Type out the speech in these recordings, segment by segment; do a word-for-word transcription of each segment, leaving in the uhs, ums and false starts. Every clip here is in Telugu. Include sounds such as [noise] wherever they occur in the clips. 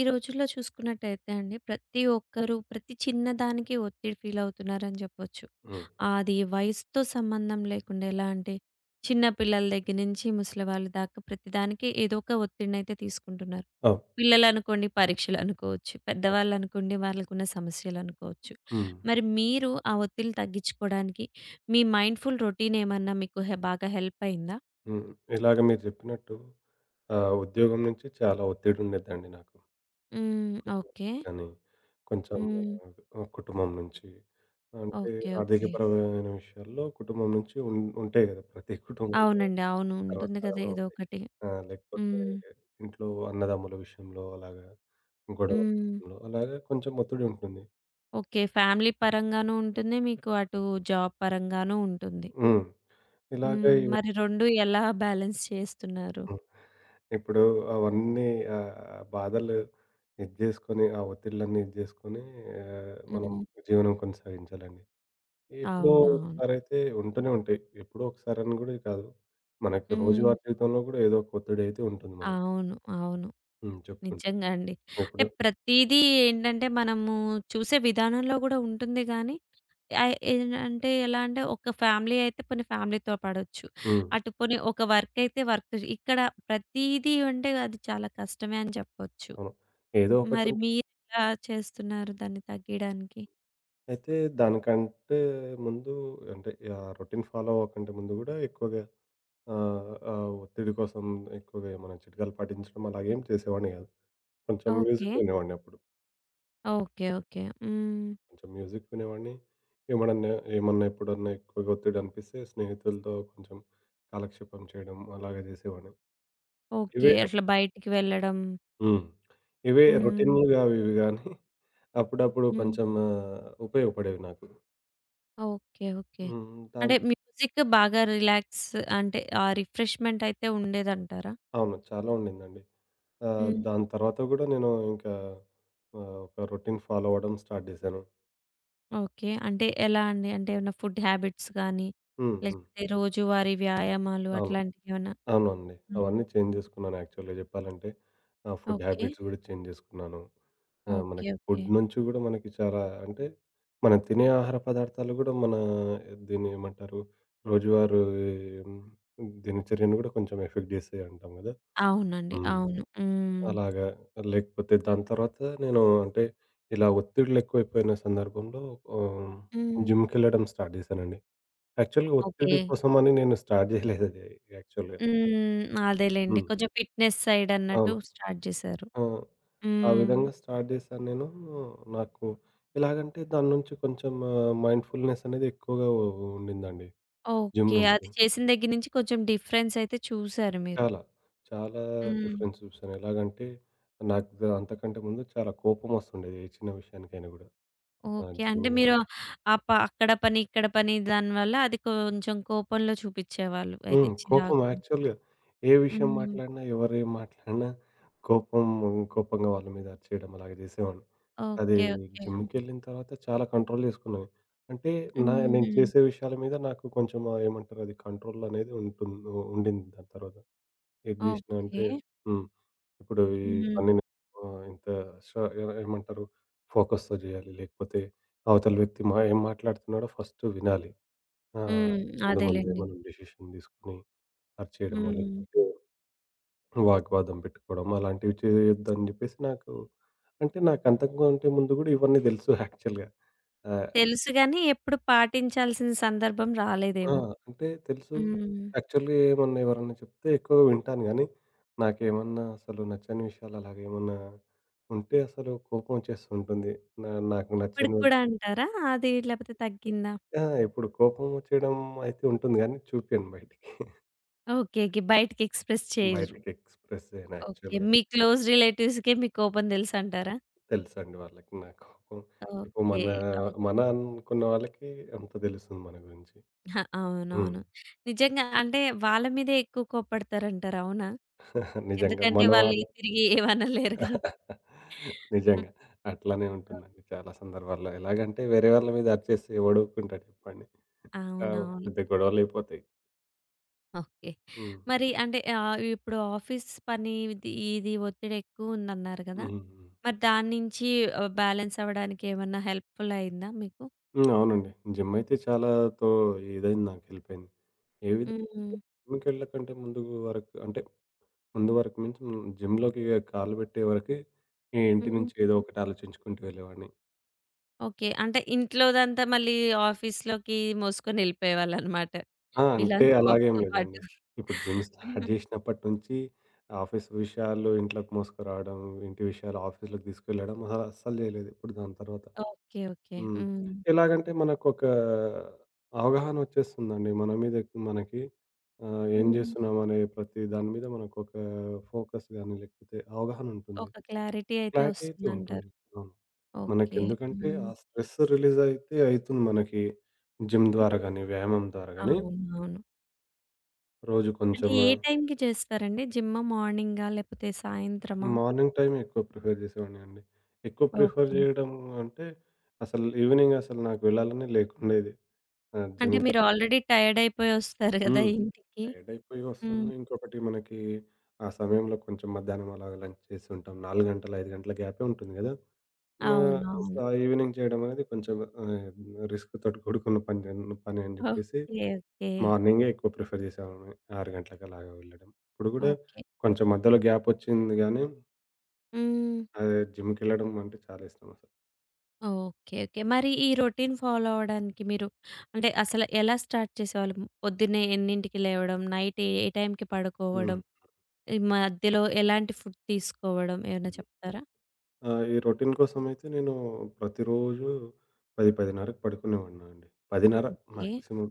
ఈ రోజుల్లో చూసుకున్నట్టయితే అండి, ప్రతి ఒక్కరు ప్రతి చిన్నదానికి ఒత్తిడి ఫీలవుతున్నారని చెప్పొచ్చు. హ్మ్. అది వయసుతో సంబంధం లేకుండా ఎలా అంటే, చిన్న పిల్లల దగ్గర నుంచి ముసలివాళ్ళ దాకా ప్రతిదానికి ఏదో ఒక ఒత్తిడినైతే తీసుకుంటున్నారు. అవును. పిల్లలనుకోండి పరీక్షలనుకోవచ్చు, అవును. పెద్దవాళ్ళనుకోండి వాళ్ళకున్న సమస్యలనుకోవచ్చు. హ్మ్. మరి మీరు ఆ ఒత్తిడిని తగ్గించుకోవడానికి మీ మైండ్‌ఫుల్ రొటీనేమన్నా మీకు హె బాగా హెల్ప్ అయిందా? హ్మ్. ఇలాగ మీరు చెప్పినట్టు ఆహ్, ఉద్యోగం నుంచి చాలా ఒత్తిడి ఉండేదండి నాకు. హ్మ్. ఓకే. కానీ కొంచెం హ్మ్. ఆహ్, కుటుంబం నుంచి అంటే ఓకే. ఓకే. ఆర్థికపరమైన విషయాల్లో కుటుంబం నుంచి ఉం ఉంటాయి కదా! ప్రతి కుటుంబంలో అవునండి. అవును. ఉంటుంది కదా! సర్వసాధారణం ఏదో అది. ఒకటి. ఆ! లేకపోతే హ్మ్. ఇంట్లో అన్నదమ్ముల విషయంలో అలాగా గొడవల హ్మ్. విషయంలో అలాగా కొంచెం ఒత్తిడి ఉంటుంది. ఓకే. ఫ్యామిలీ పరంగానూ ఉంటుంది. మీకు అటు జాబ్ పరంగానూ ఉంటుంది. హ్మ్. ఇలాగే హ్మ్. ఇవి మరి రెండూ ఎలా బ్యాలెన్స్ చేస్తున్నారు? ఇప్పుడు అవన్నీ ఆహ్, బాధలు ఇది జేసుకొని, ఆ ఒత్తిళ్ళన్నీ ఇది జేసుకొని ఆహ్, మనం హ్మ్. జీవనం కొనసాగించాలండి. ఎప్పుడో అవునవును. ఒకసారైతే ఉంటూనే ఉంటాయి. ఎప్పుడో ఒకసారని గూడా కాదు. మనకి హ్మ్. రోజువారీ జీవితంలో గూడా ఏదో ఒక ఒత్తిడైతే ఉంటుంది మనకు. అవును. అవును. హ్మ్. చెప్పుకుంటే. నిజంగా అండి. అంటే ఇప్పుడు ప్రతీదీ ఏంటంటే మనము చూసే విధానంలో గూడా ఉంటుంది గానీ ఆహ్, ఏంటంటే ఎలా అంటే ఒక ఫ్యామిలీ అయితే పోనీ ఫ్యామిలీతో పడొచ్చు. హ్మ్. అటు పోనీ ఒక వర్క్ అయితే వర్క్ ఇక్కడ ప్రతీదీ అంటే అది చాలా కష్టమే అని చెప్పొచ్చు. అవును. ఏదో మరి ఒకటుంటే మీరెలా చేస్తున్నారు దాన్ని తగ్గీయడానికి? అయితే దానికంటే ముందు అంటే ఆ రొటీన్ ఫాలో అవ్వకంటే ముందు గూడా ఎక్కువగా ఆహ్, ఆ ఒత్తిడి కోసం ఎక్కువగా ఏమైనా చిట్కాలు పాటించడం అలాగేం చేసేవాడిని గాదు. కొంచెం ఓకే. మ్యూజిక్ వినేవాడిని అప్పుడు. ఓకే. ఓకే. హ్మ్. కొంచెం మ్యూజిక్ వినేవాడిని. ఏమడన్నా ఏమన్నా ఎప్పుడన్నా ఎక్కువగా ఒత్తిడి అనిపిస్తే స్నేహితులతో కొంచెం కాలక్షేపం చేయడం అలాగే చేసేవాడిని. ఓకే. ఇవే అట్లా బయటికి వెళ్ళడం. హ్మ్. ఇవే హ్మ్. రొటీన్‌లుగా అవి ఇవి గానీ [laughs] అప్పుడప్పుడు హ్మ్. కొంచెం ఆహ్, ఉపయోగపడేవి నాకు. ఓకే. ఓకే. హ్మ్. దాన్ అంటే మ్యూజిక్ బాగా రిలాక్స్, అంటే ఆ రిఫ్రెష్‌మెంట్ అయితే ఉండేదంటారా? అవును. చాలా ఉండిందండి. ఆహ్, హ్మ్. దాని తర్వాత గూడా నేను ఇంకా ఆహ్, ఒక రొటీన్ ఫాలో అవ్వడం స్టార్ట్ చేశాను. ఓకే. అంటే ఎలా అండి? అంటే ఏమన్నా ఫుడ్ హ్యాబిట్స్ గానీ, హ్మ్. హ్మ్. లేకపోతే రోజువారీ వ్యాయామాలు అవును. అట్లాంటియేమన్నా? అవునండి. హ్మ్. అవన్నీ చేంజ్ జేసుకున్నాను యాక్చువల్‌గా జెప్పాలంటే. Ah, food okay. హ్యాబిట్స్ గూడా చేంజ్ జేసుకున్నాను. Ah, okay. మనకి ఓకే. ఫుడ్ నుంచి గూడా మనకి చాలా అంటే, మనం తినే ఆహార పదార్థాలు గూడా మన దీన్ని ఏమంటారు? రోజువారీ హ్మ్, దినచర్యను గూడా కొంచెం ఎఫెక్ట్ జేస్తాయి అంటాం గదా! అవునండి. హ్మ్. అవును. హ్మ్. అలాగా. లేకపోతే దాని తర్వాత నేను అంటే, ఇలా ఒత్తిడులెక్కువైపోయిన సందర్భంలో ఆహ్, హ్మ్. జిమ్‌కెళ్ళడం స్టార్ట్ జేశానండి. యాక్చువల్‌గా ఓకే. ఒత్తిడి కోసమని నేను స్టార్ట్ జేయలేదది యాక్చువల్‌గా. హ్మ్. అదేలెండి. హ్మ్. కొంచెం ఫిట్‌నెస్ సైడ్ అన్నట్టు అవును. స్టార్ట్ చేశారు. ఆ! ఆ హ్మ్. విధంగా స్టార్ట్ చేశాను నేను. నాకు ఎలాగంటే దాని నుంచి కొంచెం ఆహ్, మైండ్‌ఫుల్‌నెస్ అనేది ఎక్కువగా ఉ ఉండిందండి. Gym okay. నుంచి. అది చేసిన దగ్గర నుంచి కొంచెం డిఫరెన్స్ అయితే చూసారు మీరు. చాలా, చాలా హ్మ్. డిఫరెన్స్ చూసాను. ఎలాగంటే నాకు ద అంతకంటే ముందు చాలా కోపం వస్తుండేది ఏ చిన్న విషయానికైనా గూడా. ఆ! ఓకే. అంటే జిమ్‌లో మీరు ఆ ప అక్కడ పని, ఇక్కడ పని, దానివల్ల అది కొంచెం కోపంలో చూపిచ్చేవాళ్ళు అయితే హ్మ్. కోపం చిరాకు. యాక్చువల్‌గా ఏ విషయం హ్మ్. మాట్లాడినా, ఎవరు ఏం మాట్లాడినా కోపం కోపంగా వాళ్ళ మీద అరిచేయడం అలాగే చేసేవాడిని. అది ఓకే. ఓకే. జిమ్‌కెళ్ళిన తర్వాత చాలా కంట్రోల్ చేసుకున్నాను. అంటే నా నేను హుహు. చేసే విషయాల మీద నాకు కొంచెం ఆహ్, ఏమంటారు అది కంట్రోల్ అనేది ఉంటుం ఉండింది దాని తర్వాత. ఏది జేసినా ఓకే. అంటే హ్మ్. ఇప్పుడు ఈ హ్మ్. పనిని ఆహ్, ఇంత ష ఏ ఏమంటారు ఫోకస్‌తో జేయాలి. లేకపోతే అవతల వ్యక్తి మా ఏం మాట్లాడుతున్నాడో ఫస్ట్ వినాలి. ఆ! హ్మ్. ముందు ముందే అదేలెండి. మనం డెసిషన్ తీసుకొని అది చేయడమో హ్మ్. లేకపోతే వాగ్వాదం పెట్టుకోవడం అలాంటివి చేయొద్దని జెప్పేసి నాకు అంటే నాకంతకంటే ముందు గూడా ఇవన్నీ దెలుసు [laughs] యాక్చువల్‌గా. ఆహ్, తెలుసు గాని ఎప్పుడు పాటించాల్సిన సందర్భం ఆ! రాలేదేమో. అంటే తెలుసు. హ్మ్. యాక్చువల్‌గా ఏమన్నా ఎవరన్నా చెప్తే ఎక్కువగా వింటాను గానీ, నాకేమన్నా అసలు నచ్చని విషయాలు అలాగేమన్నా ఉంటే అసలు కోపం ఒచ్చేస్తూ ఉంటుంది. నా నాకు నచ్చని ఇప్పటికి గూడా అంటారా? అది లేపోతే తగ్గిందా? ఆ! ఇప్పుడు కోపం ఒచ్చేయడం అయితే ఉంటుంది గానీ చూపియను బయటికి. [laughs] ఓకే. ఓకే. బయటికి ఎక్స్‌ప్రెస్ చేయరు. బయటికి ఎక్స్‌ప్రెస్ జేయను ఓకే. యాక్చువల్‌గా. మీ క్లోజ్ రిలేటివ్స్‌కే మీ కోపం తెలుసంటారా? తెలుసండి వాళ్ళకి నా కోపం. ఇప్పుడు ఓకే. మన ఓహ్! మన అనుకున్న వాళ్ళకి అంత తెలుస్తుంది మన గురించి. హ! [laughs] హ్మ్. అవునవును. నిజంగా అంటే వాళ్ళ మీదే ఎక్కువ కోప్పడతారంటారు. అవునా? [laughs] నిజంగా ఎందుకంటే మన వాళ్ళు వాళ్ళ తిరిగి ఏమనలేరు కాబట్టి. [laughs] హ్మ్. నిజంగా. అట్లానే ఉంటుందండి చాలా సందర్భాల్లో. ఎలాగంటే వేరే వాళ్ళ మీద అరిచేస్తే ఎవడు ఊరుకుంటాడు చెప్పండి. ఆ! అవునవును. పెద్ద గొడవలయిపోతాయి. ఓకే. హ్మ్. మరి అంటే ఆహ్, ఇప్పుడు ఆఫీస్ పని ఇది ఇది ఒత్తిడి ఎక్కువుందన్నారు గదా! హ్మ్. హ్మ్. మరి దాని నుంచి ఆహ్, బ్యాలెన్స్ అవ్వడానికి ఏమన్నా హెల్ప్‌ఫుల్ అయిందా మీకు? హ్మ్. అవునండి. జిమ్ అయితే చాలా తో ఇదైంది నాకు హెల్ప్ అయింది. ఏ విధంగా హ్మ్. జిమ్‌కెళ్ళకంటే ముందు వరకు అంటే ముందు వరకు మీన్స్ హ్మ్. జిమ్‌లోకి కాలు పెట్టే వరకే ఈ ఇంటి హ్మ్. నుంచి ఏదో ఒకటి ఆలోచించుకుంటూ వెళ్ళేవాడిని. ఓకే. అంటే ఇంట్లోదంతా మళ్ళీ ఆఫీస్‌లోకి మోసుకొని ఎళ్ళిపోయేవాళ్ళనమాట. ఆ! మీ అంటే లంచ్ అలాగేం బాక్స్‌తో పాటు. లేదండి. ఇప్పుడు జిమ్ స్టార్ట్ జేసినప్పటి నుంచి ఆఫీస్ విషయాలు ఇంట్లోకి మోసుకురావడం, ఇంటి విషయాలు ఆఫీస్‌లోకి తీసుకెళ్ళడం అహా! అస్సలు జేయలేదు. ఇప్పుడు దాని తర్వాత. ఓకే. ఓకే. హ్మ్. హ్మ్. ఎలాగంటే మనకొక అవగాహన ఒచ్చేస్తుందండి. మన మీద మనకి ఆహ్, ఏం హ్మ్. జేస్తున్నామనే ప్రతి దాని మీద మనకొక ఫోకస్ గాని లేకపోతే అవగాహన ఉంటుంది. ఒక క్లారిటీ అయితే క్లారిటీ అయితే ఉంటుంది. వస్తుందంటారు. అవును. ఓకే. మనకెందుకంటే హ్మ్. ఆ స్ట్రెస్ రిలీజ్ అయితే అయితుంది మనకి జిమ్ ద్వారా హ్మ్. గాని, వ్యాయామం ద్వారా గాని అవునవును. రోజు అంటే కొంచెం ఏ టైంకి చేస్తారండి? జిమ్ మార్నింగా? లేపోతే సాయంత్రమా? మార్నింగ్ టైమ్ ఎక్కువ ప్రిఫర్ చేసేవాడినండి. ఎక్కువ ప్రిఫర్ ఓకే. చేయడం అంటే అసలు ఈవినింగ్ అసలు నాకు వెళ్ళాలనే లేకుండేది. ఆ! అంటే జిమ్‌కి. మీరు ఆల్రెడీ టైర్డ్ అయిపోయి ఒస్తారు గదా! హ్మ్. ఇంటికి. టైర్డ్ అయిపోయి వస్తాము. హ్మ్. ఇంకొకటి మనకి ఆ సమయంలో కొంచెం మధ్యాహ్నం అలాగ లంచ్ చేసి ఉంటాం. నాలుగు గంటలు, ఐదు గంటల గ్యాపే ఉంటుంది గదా! ఆహ్, అవునవును. సా ఈవినింగ్ చేయడమనేది కొంచెం ఆహ్, రిస్క్‌తోటి కూడుకున్న పని జన్ పని అని ఓకే. జెప్పేసి ఓకే. మార్నింగే ఎక్కువ ప్రిఫర్ జేసేవాడిని. ఆరు గంటలకలాగా వెళ్ళడం. ఇప్పుడు గూడా ఓకే. కొంచెం మధ్యలో గ్యాపొచ్చింది గానీ, హ్మ్. అదే జిమ్‌కెళ్ళడం అంటే చాలా ఇష్టమసలు. ఓకే. ఓకే. మరి ఈ రొటీన్ ఫాలో అవ్వడానికి మీరు అంటే అసలు ఎలా స్టార్ట్ చేసేవాళ్ళు? పొద్దున్నే ఎన్నింటికి లేవడం? నైట్ ఏ ఏ టైంకి హ్మ్. పడుకోవడం? ఈ మధ్యలో ఎలాంటి ఫుడ్ తీసుకోవడం ఏమైనా హ్మ్. చెప్తారా? ఆ! ఈ రొటీన్ కోసమయితే నేను ప్రతిరోజు పది, 10:30కి పడుకునేవాడినండి. పది ముప్పై ఓకే. మాక్సిమం.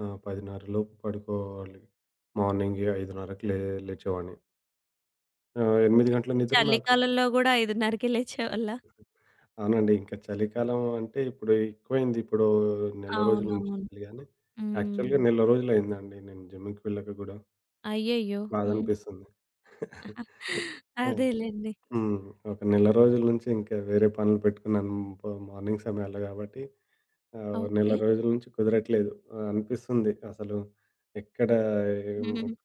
ఆ! పది ముప్పై లోపు పడుకోవాలి. మార్నింగే 5:30కి లే లేచేవాడిని. ఆహ్, ఎనిమిది గంటల నిద్ర నాకు చలికాలంలో గూడా 5:30కే లేచేవాళ్ళా? అవునండి. ఇంకా చలికాలం అంటే ఇప్పుడు ఎక్కువైంది. ఇప్పుడు నెల రోజుల నుంచి అవునవును. చలి గాని, హ్మ్. యాక్చువల్‌గా నెల రోజులయిందండి నేను జిమ్‌కి వెళ్ళక గూడా. అయ్యయ్యో! హ్మ్. బాధనిపిస్తుంది. ఆ! అదేలెండి. హ్మ్. ఒక నెల రోజుల నుంచి ఇంకా వేరే పనులు పెట్టుకున్నాను ప మార్నింగ్ సమయాల్లో గాబట్టి ఆహ్, నెల ఓకే. రోజుల నుంచి కుదరట్లేదు. ఆహ్, అనిపిస్తుంది అసలు ఎక్కడ ఏం హ్మ్. ఒక్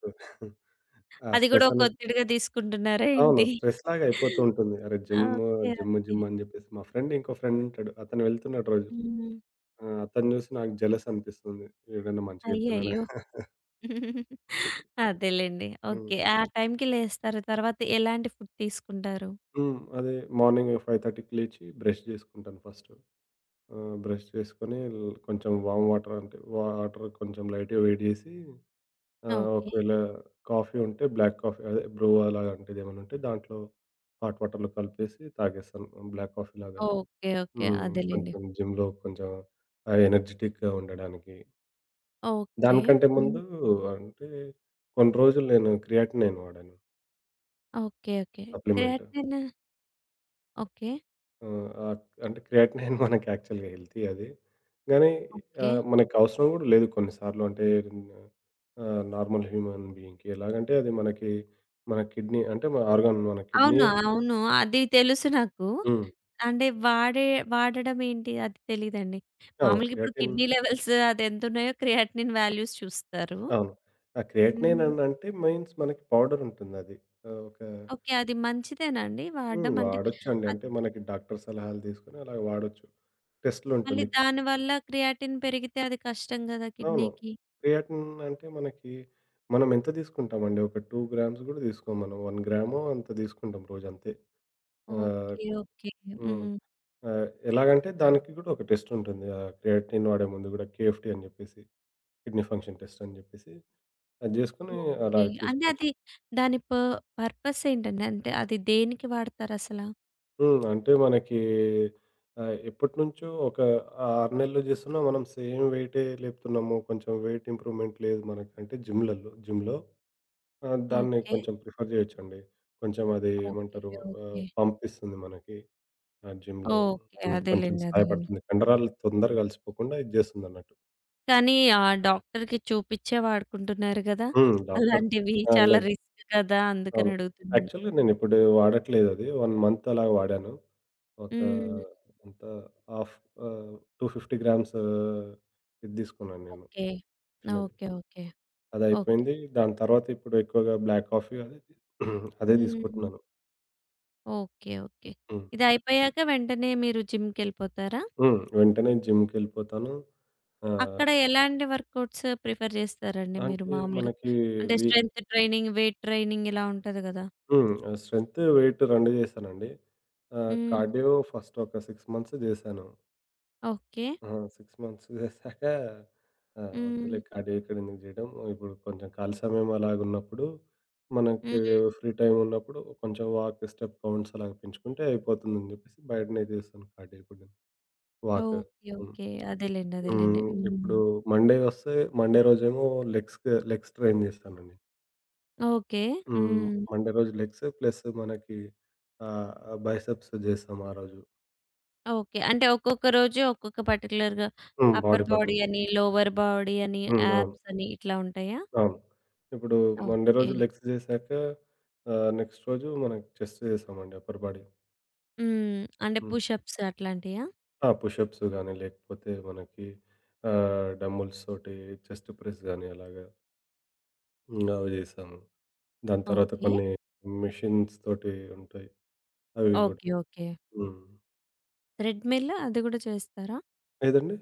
ఆ అది గూడా స్ట్రెస్ ఒక అనేది ఒత్తిడిగా తీసుకుంటున్నారా అవును. ఏంటి? స్ట్రెస్‌లాగా అయిపోతూ ఉంటుంది. అరే! Gym, okay. Gym, okay. Gym అని జెప్పేసి మా ఫ్రెండ్ ఇంకో ఫ్రెండ్ ఉంటాడు. అతను వెళ్తున్నాడు రోజు. హ్మ్. ఆ! అతన్ని చూసి నాకు జెలస్ అనిపిస్తుంది. వీడన్నా మంచిగెళ్తున్నాడా? అయ్యయ్యో! అదేలెండి. హ్మ్. ఓకే. ఆ టైంకి లేస్తారు. తర్వాత ఎలాంటి ఫుడ్ తీసుకుంటారు? హ్మ్. అదే మార్నింగ్ 5:30కి లేచి బ్రష్ జేసుకుంటాను ఫస్టు. ఆహ్, బ్రష్ చేసుకొని ల్ కొంచెం వార్మ్ వాటర్ అంటే వాటర్ కొంచెం లైట్‌గా వేడి జేసి ఆహ్, ఓకే. ఒకవేళ కాఫీ ఉంటే బ్లాక్ కాఫీ అదే బ్రూ అలాంటిది ఏమైనా ఉంటే దాంట్లో హాట్ వాటర్‌లో కలిపేసి తాగేస్తాను బ్లాక్ కాఫీ లాగా. ఓకే. ఓకే. హ్మ్. అదేలెండి. కొంచెం జిమ్‌లో కొంచెం ఆహ్, ఎనర్జిటిక్‌గా ఉండడానికి. ఓకే. దానికంటే హ్మ్. ముందు అంటే కొన్ని రోజులు నేను క్రియాటిన్ నేను వాడాను. Okay. Okay. Supplement. Creatine. Okay. ఆ! ఆహ్, అంటే క్రియాటినిన్ మనకి యాక్చువల్‌గా హెల్తీ అది. గానీ ఓకే. ఆహ్, మనకవసరం గూడా లేదు కొన్ని సార్లు అంటే ఆహ్, నార్మల్ హ్యూమన్ బీయింగ్‌కి. ఎలాగంటే అది మనకి మన కిడ్నీ అంటే మన ఆర్గాన్ మన కిడ్నీ అవును. అవును. అది తెలుసు నాకు. హ్మ్. అంటే వాడే వాడడం ఏంటి? అది తెలీదండి. ఆ! మామూలుగా ఇప్పుడు క్రియాటిన్ కిడ్నీ లెవెల్స్ అదెంతున్నాయో క్రియాటినిన్ వాల్యూస్ చూస్తారు. అవును. ఆ క్రియాటినిన్ హ్మ్. అని అంటే మీన్స్ మనకి పౌడర్ ఉంటుందది. ఆహ్, ఒక ఓకే. అది మంచిదేనా అండి హ్మ్. వాడడం? అంటే వాడొచ్చండి. అది అంటే మనకి డాక్టర్ సలహాలు తీసుకొని అలా వాడొచ్చు. మళ్ళీ టెస్ట్‌లుంటుంది. దానివల్ల క్రియాటిన్ పెరిగితే అది కష్టం గదా! అవును. కిడ్నీకి. క్రియాటిన్ అంటే మనకి మనం ఎంత తీసుకుంటామండి? ఒక రెండు గ్రామ్స్ గూడా తీసుకోం మనం. ఒక గ్రామో అంత తీసుకుంటాం రోజంతే. ఆహ్, ఓకే. కు ఓకే. హ్మ్. హ్మ్. ఆహ్, ఎలాగంటే దానికి గూడా ఒక టెస్ట్ ఉంటుంది. ఆహ్, క్రియాటిన్ వాడే ముందు గూడా కేఎఫ్‌టి అని జెప్పేసి కిడ్నీ ఫంక్షన్ టెస్ట్ అని జెప్పేసి అది జేసుకొని అలా ఓకే. అంటే తీసుకోవచ్చు. అది దాని ప పర్పస్ ఏంటండి? అంటే అది దేనికి వాడతారసల? హ్మ్. అంటే మనకి ఆహ్, ఎప్పటినుంచో ఒక ఆరు నెలలు జేస్తున్నా మనం సేమ్ వెయిటే లేపుతున్నాము. కొంచెం వెయిట్ ఇంప్రూవ్‌మెంట్ లేదు మనకు. అంటే జిమ్‌లల్లో జిమ్‌లో ఆ! దాన్ని ఓకే. కొంచెం ప్రిఫర్ జేయొచ్చండి. కొంచెం అది ఓకే. ఏమంటారు ఆహ్, ఓకే. పంపిస్తుంది మనకి. ఆ జిమ్‌లో ఓకే. హ్మ్. కొంచెం అదేలెండి. అదేలెండి. సహాయపడుతుంది. కండరాలు తొందరగా అలసిపోకుండా ఇది జేస్తుందన్నట్టు. కానీ ఆ డాక్టర్‌కి చూపిచ్చే వాడుకుంటున్నారు గదా! హ్మ్. డాక్టర్ అలాంటివి ఆ! చాలా లేదు. రిస్క్ కదా! అందుకని అవును. అడుగుతున్నాను. యాక్చువల్‌గా నేనిప్పుడు వాడట్లేదది. ఒక మంత్ అలా వాడాను. ఒక హ్మ్. ఎంత హాఫ్ ఆహ్, రెండు వందల యాభై గ్రామ్స్ ఇది తీసుకున్నాను నేను ఓకే. చిన్నది. ఓకే. ఓకే. ఓకే. అదయిపోయింది. దాని తర్వాత ఇప్పుడు ఎక్కువగా బ్లాక్ కాఫీ అదే అదే హ్మ్. తీసుకుంటున్నాను. ఓకే. ఓకే. హ్మ్. ఇదయిపోయాక వెంటనే మీరు జిమ్‌కెళ్ళిపోతారా? హ్మ్. వెంటనే జిమ్‌కెళ్ళిపోతాను. ఆహ్, అక్కడ ఎలాంటి వర్కౌట్స్ ప్రిఫర్ చేస్తారండి మీరు అంటే మామూలుగా? మనకి అంటే వి స్ట్రెంత్ ట్రైనింగ్, వెయిట్ ట్రైనింగ్ ఇలా ఉంటది గదా! హ్మ్. స్ట్రెంత్, వెయిట్ రెండు చేశానండి. ఆహ్, హ్మ్. కార్డియో ఫస్ట్ ఒక ఆరు మంత్స్ చేశాను. ఓకే. ఆ! ఆరు మంత్స్ చేశాక ఆహ్, హ్మ్. వద్దులే కార్డియో ఇక్కడెందుకు చేయడం. ఇప్పుడు కొంచెం ఖాళీ సమయం అలాగున్నప్పుడు, మనకి హ్మ్. ఫ్రీ టైమ్ ఉన్నప్పుడు కొంచెం వాక్, స్టెప్ కౌంట్స్ అలాగ పెంచుకుంటే అయిపోతుందని చెప్పేసి బయటనే చేశాను కార్డియో ఇప్పుడు నేను. వాక్. ఓకే. హ్మ్. ఓకే. అదేలెండి. అదేలెండి. హ్మ్. ఇప్పుడు హ్మ్. మండే వస్తే మండే రోజేమో లెగ్స్‌కి లెగ్స్ ట్రైన్ చేస్తానండి. ఓకే. హ్మ్. హ్మ్. మండే రోజు లెగ్స్ ప్లస్ మనకి ఆహ్, బైసెప్స్ చేస్తాం ఆ రోజు. ఓకే. అంటే ఒక్కొక్క రోజు ఒక్కొక్క పర్టిక్యులర్‌గా హ్మ్. అప్పర్ బాడీ పార్ట్ బాడీ మీద. అని, లోవర్ బాడీ అని, హ్మ్. అవును. యాబ్స్ అని ఇట్లా ఉంటాయా? అవును. ఇప్పుడు మండే ఓకే. రోజు లెగ్స్ చేశాక ఆహ్, నెక్స్ట్ రోజు మనకి చెస్ట్ చేస్తామండి అప్పర్ బాడీ. హ్మ్. అంటే హ్మ్. పుషప్స్ అట్లాంటియా? ఆ! పుషప్స్ గాని లేకపోతే మనకి ఆహ్, డంబుల్స్ తోటి చెస్ట్ ప్రెస్ గాని అలాగా హ్మ్. అవి చేసాము. దాని తర్వాత ఓకే. కొన్ని మెషిన్స్ తోటి ఉంటాయి. అవి కూడా. ఓకే. ఓకే. హ్మ్. థ్రెడ్‌మిల్ అది గూడా చేస్తారా? ఏదండి?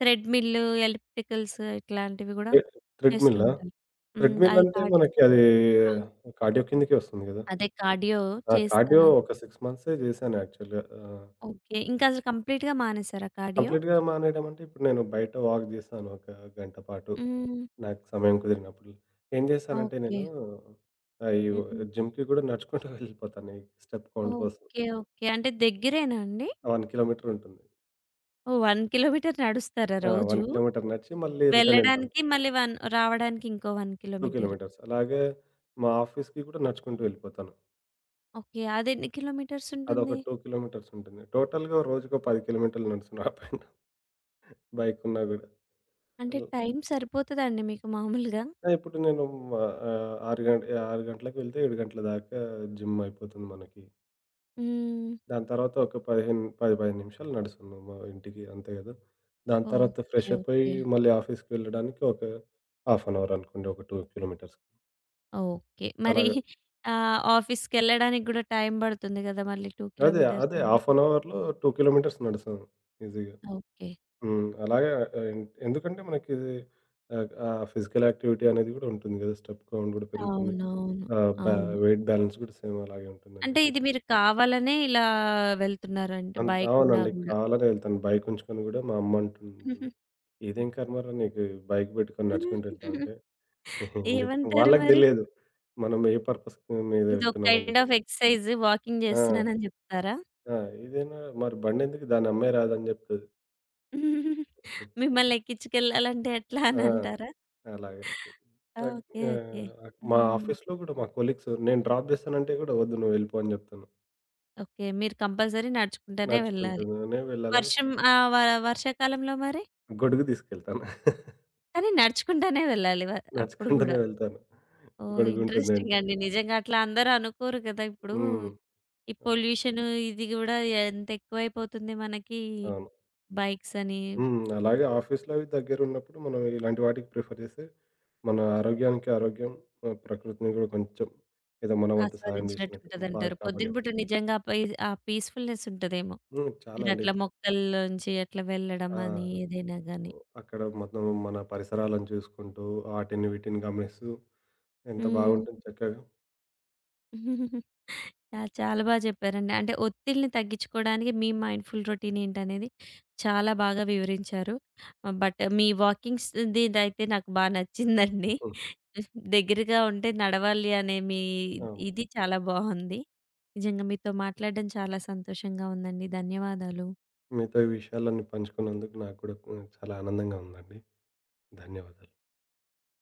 థ్రెడ్‌మిల్, ఎలిప్టికల్స్ ఇట్లాంటివి గూడా థ్రె థ్రెడ్‌మిల్లా? చేస్తుంటారు. హ్మ్. థ్రెడ్‌మిల్ అది అంటే కార్డి మనకి అది కా కార్డియో కిందకే వస్తుంది గదా! అదే కార్డియో ఆ! కార్డియో చేస్తారా? ఒక ఆరు మంత్సే చేశాను యాక్చువల్‌గా. ఆహ్, ఓకే. ఇంకా అసలు కంప్లీట్‌గా మానేసారా కార్డియో? కంప్లీట్‌గా మానేయడం అంటే ఇప్పుడు నేను బయట వాక్ చేశాను ఒక గంట పాటు. హ్మ్. నాకు సమయం కుదిరినప్పుడు. ఏం చేశానంటే ఓకే. నేను ఆహ్, ఈ హ్మ్. జిమ్‌కి గూడా నడుచుకుంటూ వెళ్ళిపోతాను ఈ స్టెప్ కౌంట్ కోసం. ఓకే. ఓకే. అంటే దగ్గరేనా అండి? ఒక కిలోమీటర్ ఉంటుంది. ఓహ్! ఒక కిలోమీటర్ నడుస్తారా ఆ! ఒక రోజు? కిలోమీటర్ నడిచి మళ్ళీ రిటర్న్ ఎళ్తాను. వెళ్ళడానికి మళ్ళీ ఒకటి, రావడానికి ఇంకో ఒక రెండు కిలోమీటర్. కిలోమీటర్స్ అలాగే మా ఆఫీస్‌కి కూడా నడుచుకుంటూ వెళ్ళిపోతాను. ఓకే. అదెన్ని కిలోమీటర్స్ అదొక ఉంటుంది? రెండు కిలోమీటర్స్ ఉంటుంది. టోటల్‌గా రోజుకో పది కిలోమీటర్లు నడుస్తున్నా అప్ అండ్ డౌన్ బైకున్నా గూడా. అంటే అల్ టైం సరిపోతదా అండి మీకు మామూలుగా? ఇప్పుడు నేను ఆహ్, ఆరు గం ఆరు గంటలకు వెళ్తే ఏడు గంటల దాకా జిమ్ అయిపోతుంది మనకి. హ్మ్. దాని తర్వాత ఒక పదిహేను, పది, పదిహేను నిమిషాలు నడుస్తున్నాం మా ఇంటికి అంతే గదా! దాని తర్వాత ఓకే. ఫ్రెష్ అప్ అయ్యి ఓకే. మళ్ళీ ఆఫీస్‌కి వెళ్ళడానికి ఒక హాఫ్ అన్ అవర్ అనుకోండి. ఒక రెండు కిలోమీటర్స్ ఓకే. మరి అలాగా. ఆహ్, ఆఫీస్‌కెళ్ళడానికి గూడా టైం పడుతుంది గదా! మళ్ళీ రెండు అదే కిలోమీటర్స్ అదే అంటే. హాఫ్ అన్ అవర్‌లో రెండు కిలోమీటర్స్ నడుస్తాను ఈజీగా. ఓకే. హ్మ్. అలాగే ఆ, ఎన్ ఎందుకంటే మనకిది ఆహ్, ఆహ్, ఫిజికల్ యాక్టివిటీ అనేది గూడా ఉంటుంది గదా! స్టెప్ కౌంట్ గూడా పెరుగుతుంది. అవునవును. ఆహ్, బా అవును. వెయిట్ బ్యాలెన్స్ గూడా సేమ్ అలాగే ఉంటుందని అంటే ఇది జెప్పేసి. మీరు కావాలనే ఇలా వెళ్తున్నారంటే అన్ బైక్ ఉన్నా అవునండి. గూడా. కావాలనే వెళ్తాను. బైక్ ఉంచుకొని గూడా మా అమ్మ అంటుంటుంది. "ఇదేం కర్మరా నీకు బైక్ బెట్టుకొని నడుచుకుంటూ వెళ్తా" అంటే [laughs] ఏం జెప్తాం ఏవంటారు [laughs] వాళ్ళకి మరి? దెలియదు. మనం ఏ పర్పస్ మీద ఇదొక వెళ్తున్నామని కైండ్ జెప్పి. ఆఫ్ ఎక్సర్‌సైజ్ వాకింగ్ ఆ! జేస్తున్నానని జెప్తారా? ఆ! "ఇదేనా మరి బండెందుకు దాన్ని అమ్మేయరాదని" జెప్తది. మిమ్మల్ని ఎక్కించుకెళ్ళాలంటే ఎట్లా ఆ! అని [laughs] అంటారా? అలాగే. ఆహ్, ఓకే. ఓకే. ఆహ్, మా హ్మ్. ఆఫీస్‌లో గూడా మా కొలీగ్స్ నేను డ్రాప్ జేస్తానంటే గూడా "వద్దు నువ్వు వెళ్ళిపో" అని జెప్తాను. ఓకే. మీరు కంపల్సరీ నడుచుకుంటానే వెళ్ళాలి. నడుచుకుంటూనే వెళ్ళాలని వర్షం ఆహ్, వ వర్షాకాలంలో మరి? గొడుగు తీసుకెళ్తాను. [laughs] కానీ నడుచుకుంటానే వెళ్ళాలి వ అప్పుడు గూడా. నడుచుకుంటూనే వెళ్తాను. ఓహ్! ఇంట్రెస్టింగ్ గొడుగుంటుందంటే. అండి. నిజంగా అట్లా అందరూ అనుకోరు గదా! ఇప్పుడు హ్మ్. ఈ అవును. పొల్యూషన్ ఇది గూడా ఎంత ఎక్కువైపోతుంది మనకి. అవును. బైక్స్ అని హ్మ్. అలాగే ఆఫీస్‌లో అవి దగ్గరున్నప్పుడు మనం ఇలాంటి వాటికి ప్రిఫర్ జేస్తే మన ఆరోగ్యానికి ఆరోగ్యం, ఆహ్, ప్రకృతిని గూడా కొంచెం ఏదో మన వంతు సహాయం ఆస్వాదించినట్టు జేసినట్టు బాగా ఉంటదంటారు. పొద్దున కాపాడినట్టు. పూట నిజంగా ఆ పై ఆ పీస్‌ఫుల్‌నెస్ ఉంటదేమో. హ్మ్. చాలా అండి. మీరట్లా మొక్కల్లోంచి అట్లా వెళ్ళడం ఆ! అని ఏదైనా గాని. అక్కడ మొత్తం మన పరిసరాలను చూసుకుంటూ, ఆటిని వీటిని గమనిస్తూ ఎంత బాగుంటుంది హ్మ్. చక్కగా. ఆ! చాలా బా చెప్పారండి. అంటే ఒత్తిడిని తగ్గించుకోవడానికి మీ మైండ్‌ఫుల్ రొటీన్ ఏంటనేది చాలా బాగా వివరించారు. బట్ మీ వాకింగ్స్‌దిదైతే నాకు బా నచ్చిందండి. [laughs] దగ్గరగా ఉంటే నడవాలి అనే మీ అవును. ఇది చాలా బావుంది. నిజంగా మీతో మాట్లాడడం చాలా సంతోషంగా ఉందండి. ధన్యవాదాలు. మీతో ఈ విషయాలన్నీ పంచుకున్నందుకు నాకు కూడా చాలా ఆనందంగా ఉందండి. ధన్యవాదాలు.